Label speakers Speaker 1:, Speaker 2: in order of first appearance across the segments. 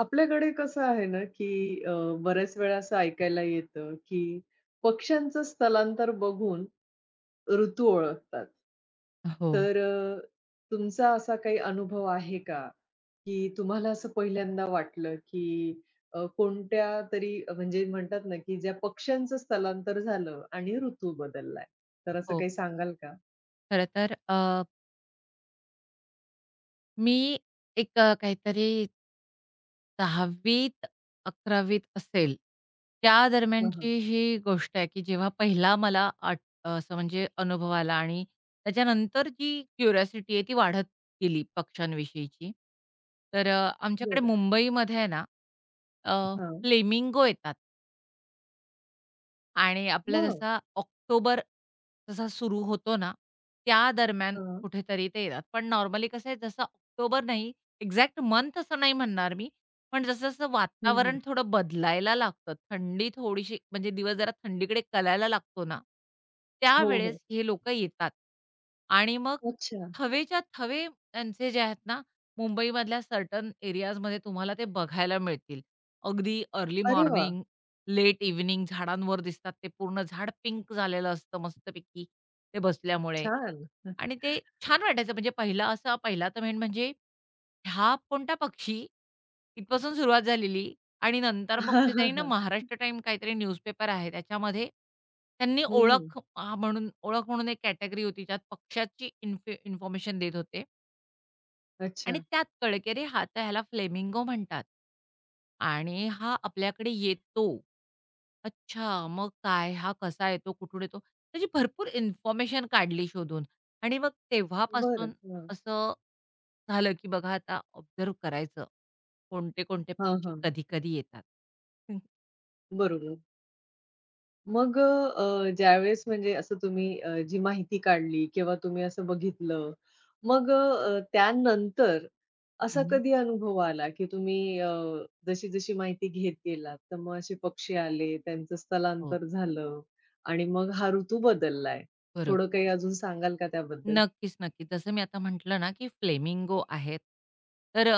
Speaker 1: आपल्याकडे कसं आहे ना, की बऱ्याच वेळा असं ऐकायला येतं, की पक्ष्यांचं स्थलांतर बघून ऋतू ओळखतात.
Speaker 2: हो,
Speaker 1: तर तुमचा असा काही अनुभव आहे का, की तुम्हाला असं पहिल्यांदा वाटलं, की कोणत्या तरी म्हणजे म्हणतात ना, की ज्या पक्ष्यांचं स्थलांतर झालं आणि ऋतू बदललाय? तर असं
Speaker 2: हो.
Speaker 1: काही सांगाल का?
Speaker 2: खरं तर मी एक काहीतरी 10वीत-11वीत असेल, त्या
Speaker 1: हां, हां.
Speaker 2: दरम्यानची ही गोष्ट आहे, की जेव्हा पहिला मला आठ असं म्हणजे अनुभव आला आणि त्याच्यानंतर जी क्युरिओसिटी आहे ती वाढत गेली पक्ष्यांविषयीची. तर आमच्याकडे
Speaker 1: बरं.
Speaker 2: मुंबईमध्ये आहे ना, अ,
Speaker 1: हां.
Speaker 2: फ्लेमिंगो येतात. आणि आपला
Speaker 1: हो.
Speaker 2: जसा ऑक्टोबर जसा सुरू होतो ना, त्या दरम्यान
Speaker 1: हां.
Speaker 2: कुठेतरी ते येतात. पण नॉर्मली कसं आहे जसं ऑक्टोबर नाही, एक्झॅक्ट मंथ असं नाही म्हणणार मी. पण जसं-जसं
Speaker 1: हं,
Speaker 2: वातावरण
Speaker 1: हं.
Speaker 2: थोडं बदलायला लागतं, थंडी थोडीशी म्हणजे दिवस जरा थंडीकडे कलायला लागतो ना,
Speaker 1: हो,
Speaker 2: त्यावेळेस
Speaker 1: हो.
Speaker 2: हे लोकं येतात. आणि मग
Speaker 1: अच्छा.
Speaker 2: थवेच्या थवे त्यांचे जे आहेत ना, मुंबईमधल्या सर्टन एरियाजमध्ये तुम्हाला ते बघायला मिळतील. अगदी अर्ली
Speaker 1: अरे वाह!
Speaker 2: मॉर्निंग लेट इव्हनिंग झाडांवर दिसतात. ते पूर्ण झाड पिंक झालेलं असतं मस्तपैकी ते बसल्यामुळे
Speaker 1: छान.
Speaker 2: आणि ते छान वाटायचं. म्हणजे पहिला असा पहिला तर मेन म्हणजे हा कोणता पक्षी? इथपासून सुरुवात झालेली आणि नंतर मग
Speaker 1: हां,
Speaker 2: कुठेतरी
Speaker 1: हां,
Speaker 2: ना
Speaker 1: हां.
Speaker 2: महाराष्ट्र टाईम काहीतरी न्यूजपेपर आहे. त्याच्यामध्ये त्यांनी
Speaker 1: हं, हं.
Speaker 2: ओळख म्हणून एक कॅटेगरी होती. ज्यात पक्ष्याची इन्फॉर्मेशन देत होते. आणि
Speaker 1: अच्छा.
Speaker 2: त्यात कळलं, की अरे हा तर ह्याला फ्लेमिंगो म्हणतात आणि हा आपल्याकडे येतो. अच्छा, मग काय? हा कसा येतो? कुठून येतो? त्याची भरपूर इन्फॉर्मेशन काढली शोधून आणि मग तेव्हापासून
Speaker 1: बरं. हां.
Speaker 2: असं झालं, की बघा आता ऑब्झर्व्ह करायचं. कोणते-कोणते
Speaker 1: हां,
Speaker 2: पक्षी
Speaker 1: हां.
Speaker 2: कधी-कधी येतात. हं.
Speaker 1: बरोबर. मग ज्यावेळेस म्हणजे असं तुम्ही जी माहिती काढली किंवा तुम्ही असं बघितलं, मग त्यानंतर असा
Speaker 2: हं,
Speaker 1: कधी अनुभव आला, की तुम्ही जशी-जशी माहिती घेत गेलात, तर मग असे पक्षी आले, त्यांचं
Speaker 2: हो,
Speaker 1: स्थलांतर झालं आणि मग हा ऋतू बदललाय. थोडं
Speaker 2: बरोबर.
Speaker 1: काही अजून सांगाल का त्याबद्दल?
Speaker 2: नक्कीच, नक्कीच. जसं मी आता म्हटलं ना, की फ्लेमिंगो आहेत. तर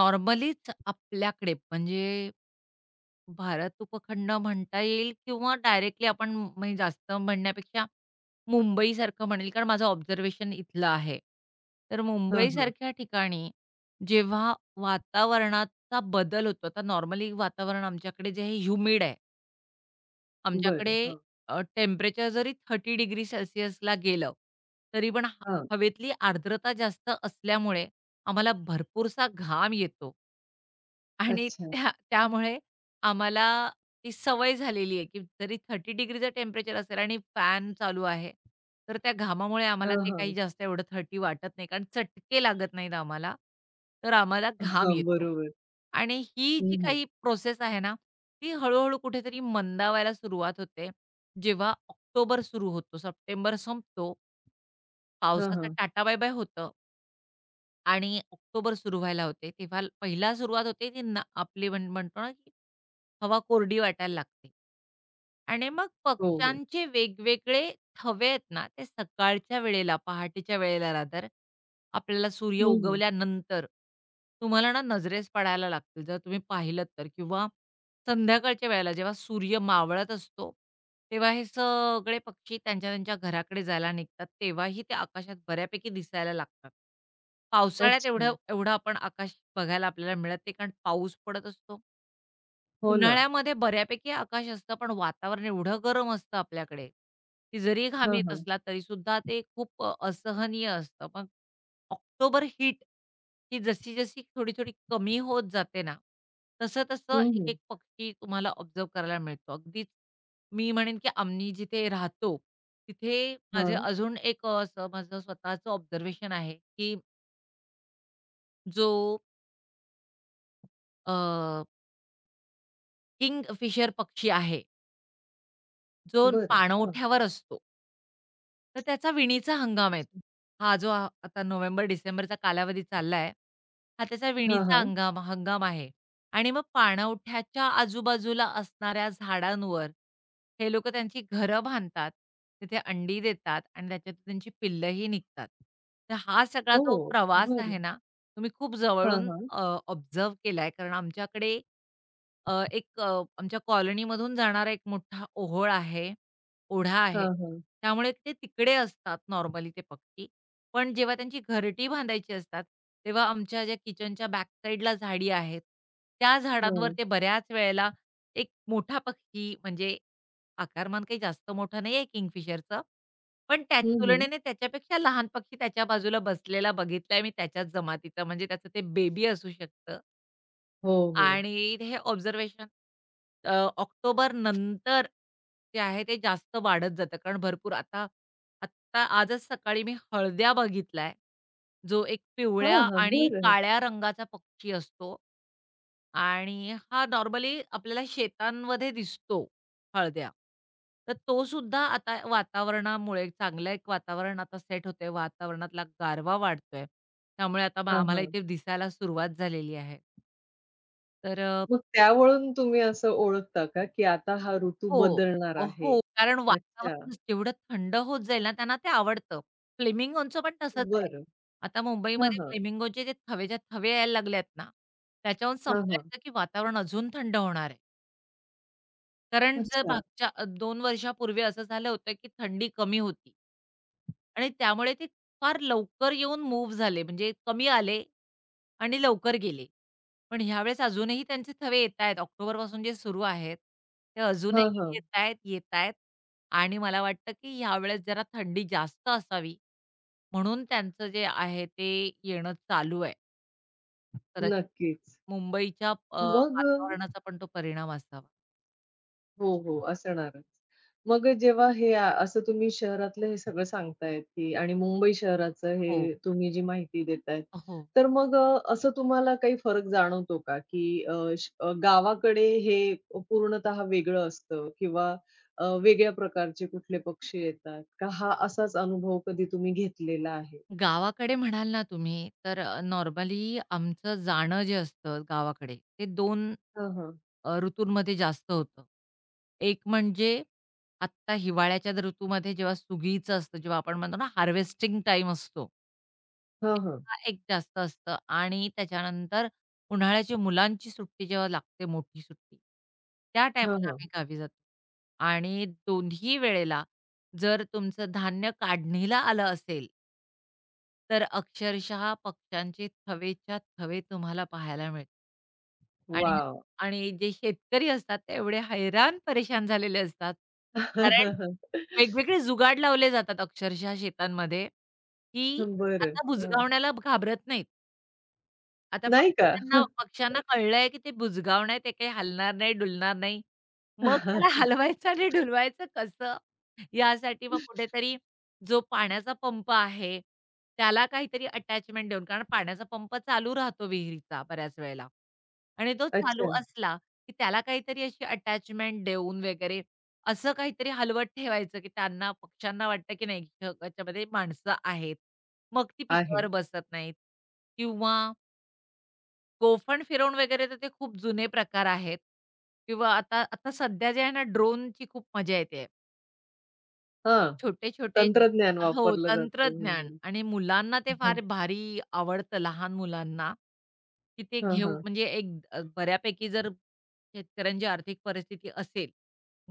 Speaker 2: नॉर्मलीच आपल्याकडे म्हणजे भारत उपखंड म्हणता येईल किंवा डायरेक्टली आपण म्हणजे जास्त म्हणण्यापेक्षा मुंबईसारखं म्हणेल, कारण माझं ऑब्झर्वेशन इथलं आहे. तर
Speaker 1: हां, हां.
Speaker 2: मुंबईसारख्या ठिकाणी जेव्हा वातावरणाचा बदल होतो, आता नॉर्मली वातावरण आमच्याकडे जे आहे ह्युमिड आहे. आमच्याकडे
Speaker 1: बरं. हां,
Speaker 2: टेम्परेचर जरी 30 डिग्री सेल्सियसला गेलं, तरी पण
Speaker 1: हां.
Speaker 2: हवेतली आर्द्रता जास्त असल्यामुळे आम्हाला भरपूरसा घाम येतो. आणि
Speaker 1: अच्छा.
Speaker 2: त्यामुळे आम्हाला ती सवय झालेली आहे, की जरी 30 डिग्रीचं टेम्परेचर असेल आणि फॅन चालू आहे, तर त्या घामामुळे आम्हाला
Speaker 1: हां,
Speaker 2: ते काही
Speaker 1: हां.
Speaker 2: जास्त एवढं 30 वाटत नाही, कारण चटके लागत नाहीत आम्हाला, तर आम्हाला घाम
Speaker 1: हां,
Speaker 2: येतो.
Speaker 1: बरोबर.
Speaker 2: आणि ही
Speaker 1: हं,
Speaker 2: जी
Speaker 1: हं.
Speaker 2: काही प्रोसेस आहे ना ती हळू-हळू कुठेतरी मंदावायला सुरुवात होते. जेव्हा ऑक्टोबर सुरू होतो, सप्टेंबर संपतो,
Speaker 1: हां,
Speaker 2: पावसाचं
Speaker 1: हां.
Speaker 2: टाटा बाय-बाय होतं आणि ऑक्टोबर सुरू व्हायला होते. तेव्हा पहिला सुरुवात होते, ती ना आपली म्हण म्हणतो ना, की हवा कोरडी वाटायला लागते. आणि मग
Speaker 1: हो, हो.
Speaker 2: पक्ष्यांचे वेगवेगळे थवे आहेत ना, ते सकाळच्या वेळेला, पहाटेच्या वेळेला रादर, आपल्याला सूर्य
Speaker 1: हं, हं.
Speaker 2: उगवल्यानंतर तुम्हाला ना नजरेस पडायला लागतील. जर तुम्ही पाहिलंत तर किंवा संध्याकाळच्या वेळेला जेव्हा सूर्य मावळत असतो, तेव्हा हे सगळे पक्षी त्यांच्या त्यांच्या घराकडे जायला निघतात. तेव्हाही ते आकाशात बऱ्यापैकी दिसायला लागतात. पावसाळ्यात
Speaker 1: अच्छा.
Speaker 2: एवढं एवढं आपण आकाश बघायला आपल्याला मिळत नाही कारण पाऊस पडत असतो.
Speaker 1: हो ना.
Speaker 2: उन्हाळ्यामध्ये बऱ्यापैकी आकाश असतं, पण वातावरण एवढं गरम असतं आपल्याकडे, की जरी घाम
Speaker 1: हां,
Speaker 2: येत
Speaker 1: हां.
Speaker 2: असला तरीसुद्धा ते खूप असहनीय असतं. मग ऑक्टोबर हीट ही जशी-जशी थोडी-थोडी कमी होत जाते ना, तसं-तसं
Speaker 1: हं, हं.
Speaker 2: एक-एक पक्षी तुम्हाला ऑब्झर्व्ह करायला मिळतो. अगदीच मी म्हणेन, की आम्ही जिथे राहतो, तिथे माझे
Speaker 1: हां.
Speaker 2: अजून एक असं माझं स्वतःचं ऑब्झर्वेशन आहे, की जो किंग फिशर पक्षी आहे, जो
Speaker 1: बरं. हां.
Speaker 2: पाणवठ्यावर असतो. तर त्याचा विणीचा हंगाम आहे. हा जो आता नोव्हेंबर-डिसेंबरचा कालावधी चाललाय, हा त्याचा
Speaker 1: हां,
Speaker 2: विणीचा
Speaker 1: हां.
Speaker 2: हंगाम हंगाम आहे आणि मग पाणवठ्याच्या आजूबाजूला असणाऱ्या झाडांवर हे लोक त्यांची घरं बांधतात. तिथे अंडी देतात आणि त्याच्यातून त्यांची पिल्लंही निघतात. तर हा सगळा जो
Speaker 1: हो.
Speaker 2: प्रवास आहे
Speaker 1: बरं.
Speaker 2: ना, तो खूप
Speaker 1: हां,
Speaker 2: जवळून
Speaker 1: हां.
Speaker 2: केलाय. कारण आमच्याकडे एक आमच्या कॉलनीमधून जाणारा एक मोठा ओहोळ आहे. ओढा आहे.
Speaker 1: हां, हां.
Speaker 2: त्यामुळे ते तिकडे असतात नॉर्मली ते पक्षी. पण जेव्हा त्यांची घरटी बांधायची असतात, तेव्हा आमच्या ज्या किचनच्या बॅक साइडला झाडी आहेत, त्या झाडांवर
Speaker 1: हां.
Speaker 2: ते बऱ्याच वेळेला एक मोठा पक्षी म्हणजे आकारमान काही जास्त मोठं नाहीये किंगफिशरचं. पण त्या
Speaker 1: हं, हं.
Speaker 2: तुलनेने त्याच्यापेक्षा लहान पक्षी त्याच्या बाजूला बसलेला बघितलाय मी त्याच्याच जमातीचा म्हणजे त्याचं ते बेबी असू शकतं.
Speaker 1: हो, हो.
Speaker 2: आणि हे ऑब्झर्वेशन ऑक्टोबर नंतर जे आहे ते जास्त वाढत जातं. कारण भरपूर आता आत्ता आजच सकाळी मी हळद्या बघितलाय. जो एक पिवळ्या
Speaker 1: हां, हां.
Speaker 2: आणि
Speaker 1: बरं.
Speaker 2: काळ्या रंगाचा पक्षी असतो आणि हा नॉर्मली आपल्याला शेतांमध्ये दिसतो हळद्या. तर तो सुद्धा आता वातावरणामुळे चांगलं एक वातावरण आता सेट होतंय. वातावरणातला गारवा वाढतोय. त्यामुळे आता
Speaker 1: हां,
Speaker 2: आम्हाला
Speaker 1: हां.
Speaker 2: इथे दिसायला सुरुवात झालेली आहे. तर
Speaker 1: मग त्यावरून तुम्ही असं ओळखता का, की आता हा ऋतू
Speaker 2: हो.
Speaker 1: बदलणार आहे?
Speaker 2: हो. कारण
Speaker 1: अच्छा.
Speaker 2: वातावरण जेवढं थंड होत जाईल ना, त्यांना ते आवडतं. फ्लेमिंगोचं पण तसंच आहे.
Speaker 1: बरं.
Speaker 2: आता
Speaker 1: हां,
Speaker 2: मुंबईमध्ये
Speaker 1: हां.
Speaker 2: फ्लेमिंगोचे जे थवेच्या थवे यायला लागलेत ना, त्याच्याहून
Speaker 1: हां, हां.
Speaker 2: समजायचं की वातावरण अजून थंड होणार आहे. कारण जर
Speaker 1: अच्छा.
Speaker 2: मागच्या 2 वर्षापूर्वी असं झालं होतं, की थंडी कमी होती. आणि त्यामुळे ते फार लवकर येऊन मूव्ह झाले. म्हणजे कमी आले आणि लवकर गेले. पण ह्यावेळेस अजूनही त्यांचे थवे येतायत. ऑक्टोबरपासून जे सुरू आहेत, ते
Speaker 1: हां,
Speaker 2: अजूनही
Speaker 1: हां.
Speaker 2: येतायत, येतायत. आणि मला वाटतं, की ह्यावेळेस जरा थंडी जास्त असावी म्हणून त्यांचं जे आहे ते येणं चालू आहे. कदाचित
Speaker 1: नक्कीच.
Speaker 2: मुंबईच्या
Speaker 1: मग अ
Speaker 2: वातावरणाचा पण तो परिणाम असावा.
Speaker 1: हो, हो. असणारच. मग जेव्हा हे असं तुम्ही शहरातलं हे सगळं सांगतायत, की आणि मुंबई शहराचं
Speaker 2: हो,
Speaker 1: हे तुम्ही जी माहिती देतायत.
Speaker 2: हो.
Speaker 1: तर मग असं तुम्हाला काही फरक जाणवतो का? की गावाकडे हे पूर्णतः वेगळं असतं किंवा वेगळ्या प्रकारचे कुठले पक्षी येतात का? हा असाच अनुभव कधी तुम्ही घेतलेला आहे?
Speaker 2: गावाकडे म्हणाल ना तुम्ही, तर नॉर्मली आमचं जाणं जे असतं गावाकडे, ते दोन
Speaker 1: हां, हां.
Speaker 2: ऋतूंमध्ये जास्त होतं. एक म्हणजे आत्ता हिवाळ्याच्या ऋतूमध्ये जेव्हा सुगीचं असतं, जेव्हा आपण म्हणतो ना हार्वेस्टिंग टाईम असतो.
Speaker 1: हां, हां.
Speaker 2: तेव्हा एक जास्त असतं आणि त्याच्यानंतर उन्हाळ्याची मुलांची सुट्टी जेव्हा लागते, मोठी सुट्टी, त्या
Speaker 1: हां,
Speaker 2: टायमाला
Speaker 1: हां.
Speaker 2: आम्ही गावी जातो. आणि दोन्ही वेळेला जर तुमचं धान्य काढणीला आलं असेल तर अक्षरशः पक्ष्यांचे थवेच्या थवे तुम्हाला पाहायला मिळतील. आणि
Speaker 1: वॉव!
Speaker 2: आणि जे शेतकरी असतात ते एवढे हैराण परेशान झालेले असतात. कारण वेगवेगळे जुगाड लावले जातात अक्षरशः शेतांमध्ये, की
Speaker 1: बरं.
Speaker 2: आता
Speaker 1: हं.
Speaker 2: बुजगावण्याला घाबरत नाहीत. आता
Speaker 1: नाही का?
Speaker 2: पक्ष्यांना पक्ष्यांना कळलंय, की ते बुजगाव नाही, ते काही हलणार नाही, डुलणार नाही. मग त्याला हलवायचं आणि डुलवायचं कसं? यासाठी मग कुठेतरी जो पाण्याचा पंप आहे, त्याला काहीतरी अटॅचमेंट देऊन कारण पाण्याचा पंप चालू राहतो विहिरीचा बऱ्याच वेळेला आणि तो चालू
Speaker 1: अच्छा.
Speaker 2: असला, की त्याला काहीतरी अशी अटॅचमेंट देऊन वगैरे असं काहीतरी हलवत ठेवायचं, की त्यांना पक्ष्यांना वाटतं, की नाही ह्याच्यामध्ये माणसं आहेत. मग ती
Speaker 1: आहे.
Speaker 2: पिकावर बसत नाहीत किंवा गोफण फिरवून वगैरे तर ते खूप जुने प्रकार आहेत किंवा आता आता सध्या जे आहे ना, ड्रोनची खूप मजा येते.
Speaker 1: हां.
Speaker 2: छोटे-छोटे
Speaker 1: तंत्रज्ञान
Speaker 2: हो,
Speaker 1: वापरलं जातंय
Speaker 2: तंत्रज्ञान
Speaker 1: म्हणजे.
Speaker 2: आणि मुलांना ते
Speaker 1: हं,
Speaker 2: फार भारी आवडतं, लहान मुलांना, की ते
Speaker 1: हं,
Speaker 2: घेऊ
Speaker 1: हं.
Speaker 2: म्हणजे एक बऱ्यापैकी जर शेतकऱ्यांची आर्थिक परिस्थिती असेल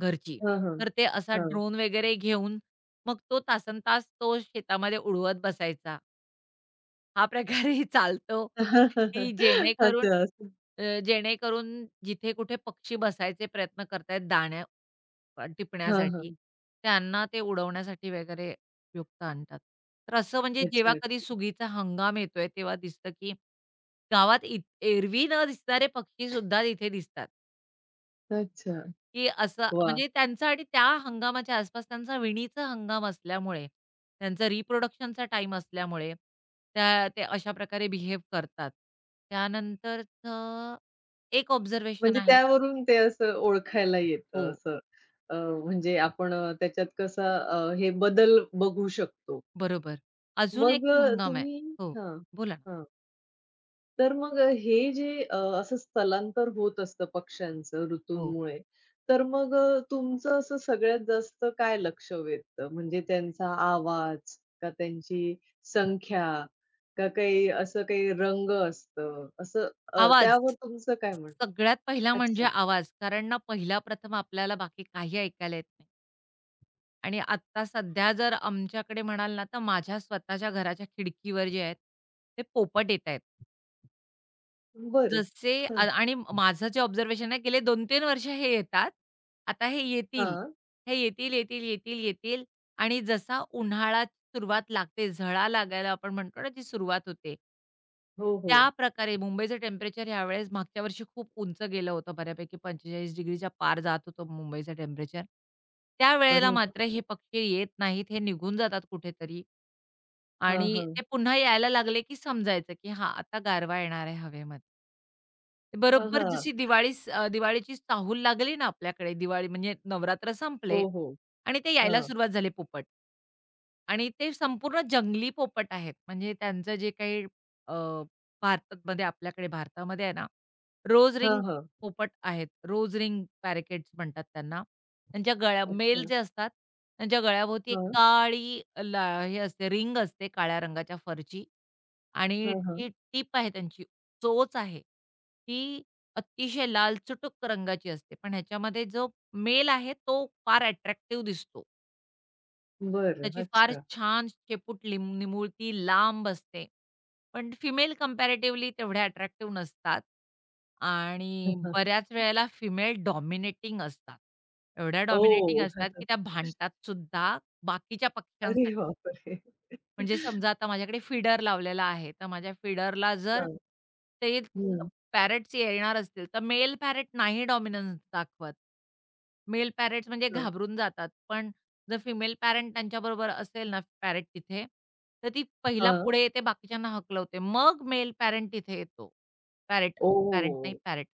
Speaker 2: घरची,
Speaker 1: हं, हं.
Speaker 2: तर ते असा
Speaker 1: हो.
Speaker 2: ड्रोन वगैरे घेऊन मग तो तासनतास तो शेतामध्ये उडवत बसायचा. हा प्रकारही चालतो, की
Speaker 1: अच्छा असं.
Speaker 2: जेणेकरून जिथे कुठे पक्षी बसायचे प्रयत्न करतायत दाण्या
Speaker 1: हां,
Speaker 2: टिपण्यासाठी,
Speaker 1: हां.
Speaker 2: त्यांना ते उडवण्यासाठी वगैरे उपयुक्त आणतात. तर असं म्हणजे
Speaker 1: अच्छा,
Speaker 2: जेव्हा कधी
Speaker 1: अच्छा.
Speaker 2: सुगीचा हंगाम येतोय, तेव्हा दिसतं की गावात एरवी न दिसणारे पक्षीसुद्धा तिथे दिसतात.
Speaker 1: अच्छा.
Speaker 2: की असं
Speaker 1: वाह!
Speaker 2: म्हणजे त्यांचा आणि त्या हंगामाच्या आसपास त्यांचा विणीचा हंगाम असल्यामुळे, त्यांचा रिप्रोडक्शनचा टाईम असल्यामुळे, त्या ते अशा प्रकारे बिहेव करतात. त्यानंतरचं एक ऑब्झर्वेशन
Speaker 1: म्हणजे
Speaker 2: आहे
Speaker 1: त्यावरून ते असं ओळखायला
Speaker 2: हो,
Speaker 1: येतं असं. अ, म्हणजे आपण त्याच्यात कसा हे बदल बघू शकतो.
Speaker 2: बरोबर. अजून एक
Speaker 1: मग
Speaker 2: हंगाम आहे.
Speaker 1: तुम्ही
Speaker 2: हो,
Speaker 1: हां,
Speaker 2: बोला ना.
Speaker 1: हां. तर मग हे जे असं स्थलांतर होत असतं पक्ष्यांचं
Speaker 2: हो,
Speaker 1: ऋतूंमुळे, तर मग तुमचं असं सगळ्यात जास्त काय लक्ष वेधतं? म्हणजे त्यांचा आवाज का त्यांची संख्या का काही असं काही रंग असतं? असं
Speaker 2: आवाज.
Speaker 1: त्यावर तुमचं काय म्हणणं?
Speaker 2: सगळ्यात पहिला म्हणजे
Speaker 1: अच्छा.
Speaker 2: आवाज. कारण ना पहिला प्रथम आपल्याला बाकी काही ऐकायला येत नाही. आणि आत्ता सध्या जर आमच्याकडे म्हणाल ना, तर माझ्या स्वतःच्या घराच्या खिडकीवर जे आहेत, ते पोपट येतायेत.
Speaker 1: बरं.
Speaker 2: जसे
Speaker 1: हं.
Speaker 2: आणि माझं जे ऑब्झर्वेशन आहे, गेले 2-3 वर्ष हे येतात. आता हे येतील.
Speaker 1: हां.
Speaker 2: हे येतील, येतील, येतील, येतील आणि जसा उन्हाळा सुरुवात लागते, झळा लागायला आपण म्हणतो ना, ती सुरुवात होते.
Speaker 1: हो, हो.
Speaker 2: त्या प्रकारे मुंबईचं टेम्परेचर यावेळेस मागच्या वर्षी खूप उंच गेलं होतं बऱ्यापैकी 45 डिग्रीच्या पार जात होतं मुंबईचं टेम्परेचर. त्यावेळेला
Speaker 1: अरे वाह!
Speaker 2: मात्र हे पक्षी येत नाहीत, हे निघून जातात कुठेतरी आणि
Speaker 1: हां, हां.
Speaker 2: ते पुन्हा यायला लागले की समजायचं, की हां, आता गारवा येणार आहे हवेमध्ये.
Speaker 1: हां,
Speaker 2: बरोबर
Speaker 1: हां.
Speaker 2: जशी दिवाळीस दिवाळीची चाहूल लागली ना आपल्याकडे, दिवाळी म्हणजे नवरात्र संपले
Speaker 1: हो, हो.
Speaker 2: आणि ते यायला
Speaker 1: हां.
Speaker 2: सुरुवात झाले पोपट. आणि ते संपूर्ण जंगली पोपट आहेत. म्हणजे त्यांचं जे काही अ, आपल्याकडे भारतामध्ये आहे ना, रोज
Speaker 1: हां,
Speaker 2: रिंग
Speaker 1: हां.
Speaker 2: पोपट आहेत. रोज रिंग पॅराकिट्स म्हणतात त्यांना. त्यांच्या गळ्या मेल
Speaker 1: अच्छा.
Speaker 2: जे असतात, त्यांच्या गळ्याभोवती एक
Speaker 1: हां.
Speaker 2: काळी हे असते रिंग असते काळ्या रंगाच्या फरची आणि
Speaker 1: हां,
Speaker 2: जी
Speaker 1: हां.
Speaker 2: टीप आहे त्यांची चोच आहे, ती अतिशय लालचुटुक रंगाची असते. पण ह्याच्यामध्ये जो मेल आहे तो फार अट्रॅक्टिव्ह दिसतो.
Speaker 1: बरं.
Speaker 2: त्याची फार
Speaker 1: अच्छा.
Speaker 2: छान शेपूट निमुळती, लांब असते. पण फिमेल कंपॅरेटिव्हली तेवढ्या अट्रॅक्टिव्ह नसतात आणि बऱ्याच वेळेला फिमेल डॉमिनेटिंग असतात. एवढ्या डॉमिनेटिंग
Speaker 1: ओह!
Speaker 2: असतात, की त्या भांडतात सुद्धा बाकीच्या
Speaker 1: अरे
Speaker 2: पक्ष्यांसाठी.
Speaker 1: बापरे!
Speaker 2: म्हणजे समजा आता माझ्याकडे फीडर लावलेला आहे, तर माझ्या फीडरला जर
Speaker 1: हां,
Speaker 2: ते अ,
Speaker 1: हं,
Speaker 2: पॅरट्स येणार असतील, तर मेल पॅरट नाही डॉमिनन्स दाखवत. मेल पॅरट्स म्हणजे
Speaker 1: हां,
Speaker 2: घाबरून जातात. पण जर फिमेल पॅरंट त्यांच्याबरोबर असेल ना पॅरट तिथे, तर ती पहिला
Speaker 1: हां.
Speaker 2: पुढे येते, बाकीच्यांना हकलवते. मग मेल पॅरंट तिथे येतो. पॅरट, पॅरंट
Speaker 1: ओह!
Speaker 2: नाही पॅरट.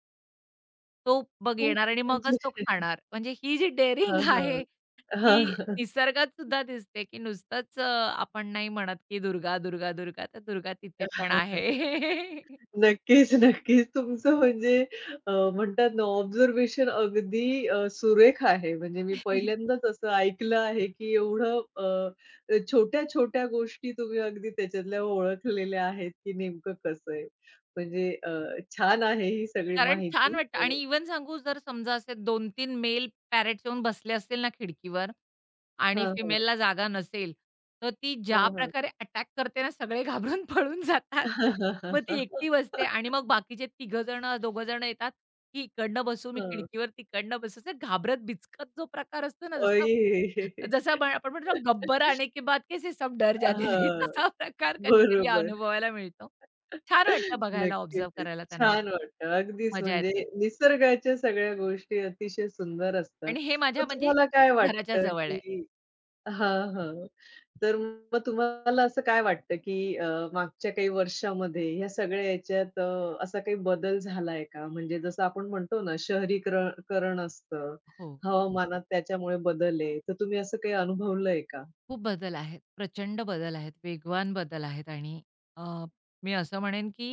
Speaker 2: तो बघ
Speaker 1: तुम
Speaker 2: येणार आणि
Speaker 1: म्हणजे
Speaker 2: मगच तो खाणार. म्हणजे ही जी डेअरिंग
Speaker 1: हां, हां.
Speaker 2: आहे, ती निसर्गात सुद्धा दिसते, की नुसतंच आपण नाही म्हणत, की दुर्गा, दुर्गा, दुर्गा, तर दुर्गा तिथे पण
Speaker 1: हां.
Speaker 2: आहे.
Speaker 1: नक्कीच, नक्कीच. तुमचं म्हणजे म्हणतात ना ऑब्झर्वेशन अगदी सुरेख आहे. म्हणजे मी पहिल्यांदाच असं ऐकलं आहे, की एवढं छोट्या-छोट्या गोष्टी तुम्ही अगदी त्याच्यातल्या ओळखलेल्या आहेत, की नेमकं कसं आहे. म्हणजे छान आहे ही सगळी
Speaker 2: कारण छान
Speaker 1: माहिती.
Speaker 2: वाटतं आणि इव्हन सांगू जर समजा असे 2-3 मेल पॅरट्स येऊन बसले असतील ना खिडकीवर आणि
Speaker 1: हां, हां.
Speaker 2: फिमेलला जागा नसेल, तर ती
Speaker 1: हां,
Speaker 2: ज्या
Speaker 1: हां.
Speaker 2: प्रकारे अटॅक करते ना सगळे घाबरून पळून जातात. मग ती एकटी बसते आणि मग बाकीचे तिघं जणं, दोघं जणं येतात, की इकडनं बसू, मी
Speaker 1: हां.
Speaker 2: खिडकीवर तिकडनं बसू. असं घाबरत बिचकत जो प्रकार असतो ना जसा
Speaker 1: अय!
Speaker 2: जसा आपण म्हणतो ना गब्बर आने के बाद कैसे सब डर जाते थे
Speaker 1: हां.
Speaker 2: तसा प्रकार कधी-कधी
Speaker 1: बरोबर.
Speaker 2: अनुभवायला मिळतो. छान वाटतं बघायला,
Speaker 1: नक्कीच.
Speaker 2: ऑब्झर्व्ह करायला त्यांना.
Speaker 1: छान वाटतं. अगदीच
Speaker 2: मजा
Speaker 1: म्हणजे
Speaker 2: येते.
Speaker 1: निसर्गाच्या सगळ्या गोष्टी अतिशय सुंदर असतात.
Speaker 2: आणि हे माझ्या
Speaker 1: मग
Speaker 2: म्हणजे
Speaker 1: तुम्हाला काय
Speaker 2: घराच्या
Speaker 1: वाटतं,
Speaker 2: जवळ आहे.
Speaker 1: की हां, हां. तर मग तुम्हाला असं काय वाटतं, की मागच्या काही वर्षामध्ये ह्या सगळ्या याच्यात असा काही बदल झालाय का? म्हणजे जसं आपण म्हणतो ना शहरीकरण करण असतं,
Speaker 2: हो.
Speaker 1: हवामानात त्याच्यामुळे बदल आहे. तर तुम्ही असं काही अनुभवलंय का?
Speaker 2: खूप बदल आहेत. प्रचंड बदल आहेत. वेगवान बदल आहेत आणि अ, मी असं म्हणेन, की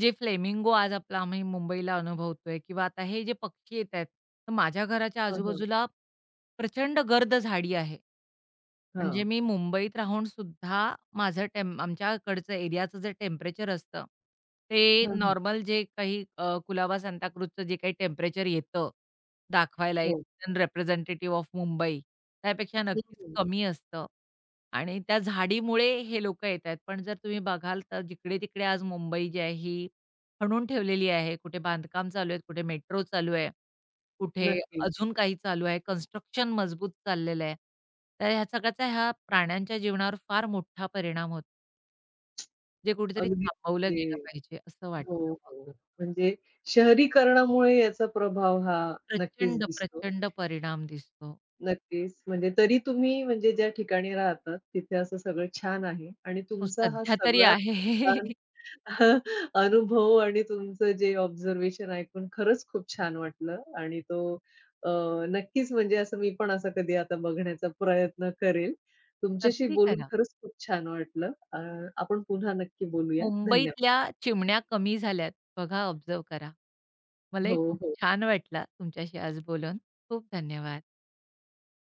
Speaker 2: जे फ्लेमिंगो आज आपला आम्ही मुंबईला अनुभवतोय किंवा आता हे जे पक्षी येतायत, तर माझ्या घराच्या
Speaker 1: हां, हां.
Speaker 2: आजूबाजूला प्रचंड गर्द झाडी आहे. म्हणजे
Speaker 1: हां.
Speaker 2: मी मुंबईत राहून सुद्धा माझं टेम आमच्याकडचं एरियाचं जे टेम्परेचर असतं, ते
Speaker 1: हां, हां.
Speaker 2: नॉर्मल जे काही कुलाबा सांताक्रूझचं जे काही टेम्परेचर येतं दाखवायला
Speaker 1: हो.
Speaker 2: रिप्रेझेंटेटिव्ह ऑफ मुंबई, त्यापेक्षा
Speaker 1: हं,
Speaker 2: नक्कीच
Speaker 1: हं.
Speaker 2: कमी असतं आणि त्या झाडीमुळे हे लोकं येतायत. पण जर तुम्ही बघाल तर जिकडे-तिकडे आज मुंबई जी आहे, ही खणून ठेवलेली आहे. कुठे बांधकाम चालू आहे, कुठे मेट्रो चालू आहे. कुठे
Speaker 1: नक्कीच.
Speaker 2: अजून काही चालू आहे, कन्स्ट्रक्शन मजबूत चाललेलं आहे. तर ह्या सगळ्याचा ह्या प्राण्यांच्या जीवनावर फार मोठा परिणाम होतो. जे कुठेतरी
Speaker 1: अगदी
Speaker 2: थांबवलं गेलं
Speaker 1: म्हणजे
Speaker 2: पाहिजे असं वाटतं
Speaker 1: हो,
Speaker 2: मग.
Speaker 1: हो. म्हणजे शहरीकरणामुळे याचा प्रभाव हा नक्कीच
Speaker 2: प्रचंड,
Speaker 1: दिसतो.
Speaker 2: प्रचंड परिणाम दिसतो.
Speaker 1: नक्कीच. म्हणजे तरी तुम्ही म्हणजे ज्या ठिकाणी राहतात, तिथे असं सगळं छान आहे आणि
Speaker 2: हो,
Speaker 1: तुमचा हा
Speaker 2: सध्या तरी
Speaker 1: सगळा खूप छान
Speaker 2: आहे.
Speaker 1: अनुभव आणि तुमचं जे ऑब्झर्वेशन ऐकून खरंच खूप छान वाटलं आणि तो अ, नक्कीच म्हणजे असं मी पण असं कधी आता बघण्याचा प्रयत्न करेल. तुमच्याशी
Speaker 2: नक्की
Speaker 1: बोलून
Speaker 2: करा.
Speaker 1: खरंच खूप छान वाटलं. आपण पुन्हा नक्की बोलूया. धन्यवाद.
Speaker 2: मुंबईतल्या चिमण्या कमी झाल्यात. बघा, ऑब्झर्व्ह करा.
Speaker 1: हो,
Speaker 2: मलाही खूप
Speaker 1: हो.
Speaker 2: छान वाटलं तुमच्याशी आज बोलून. खूप धन्यवाद.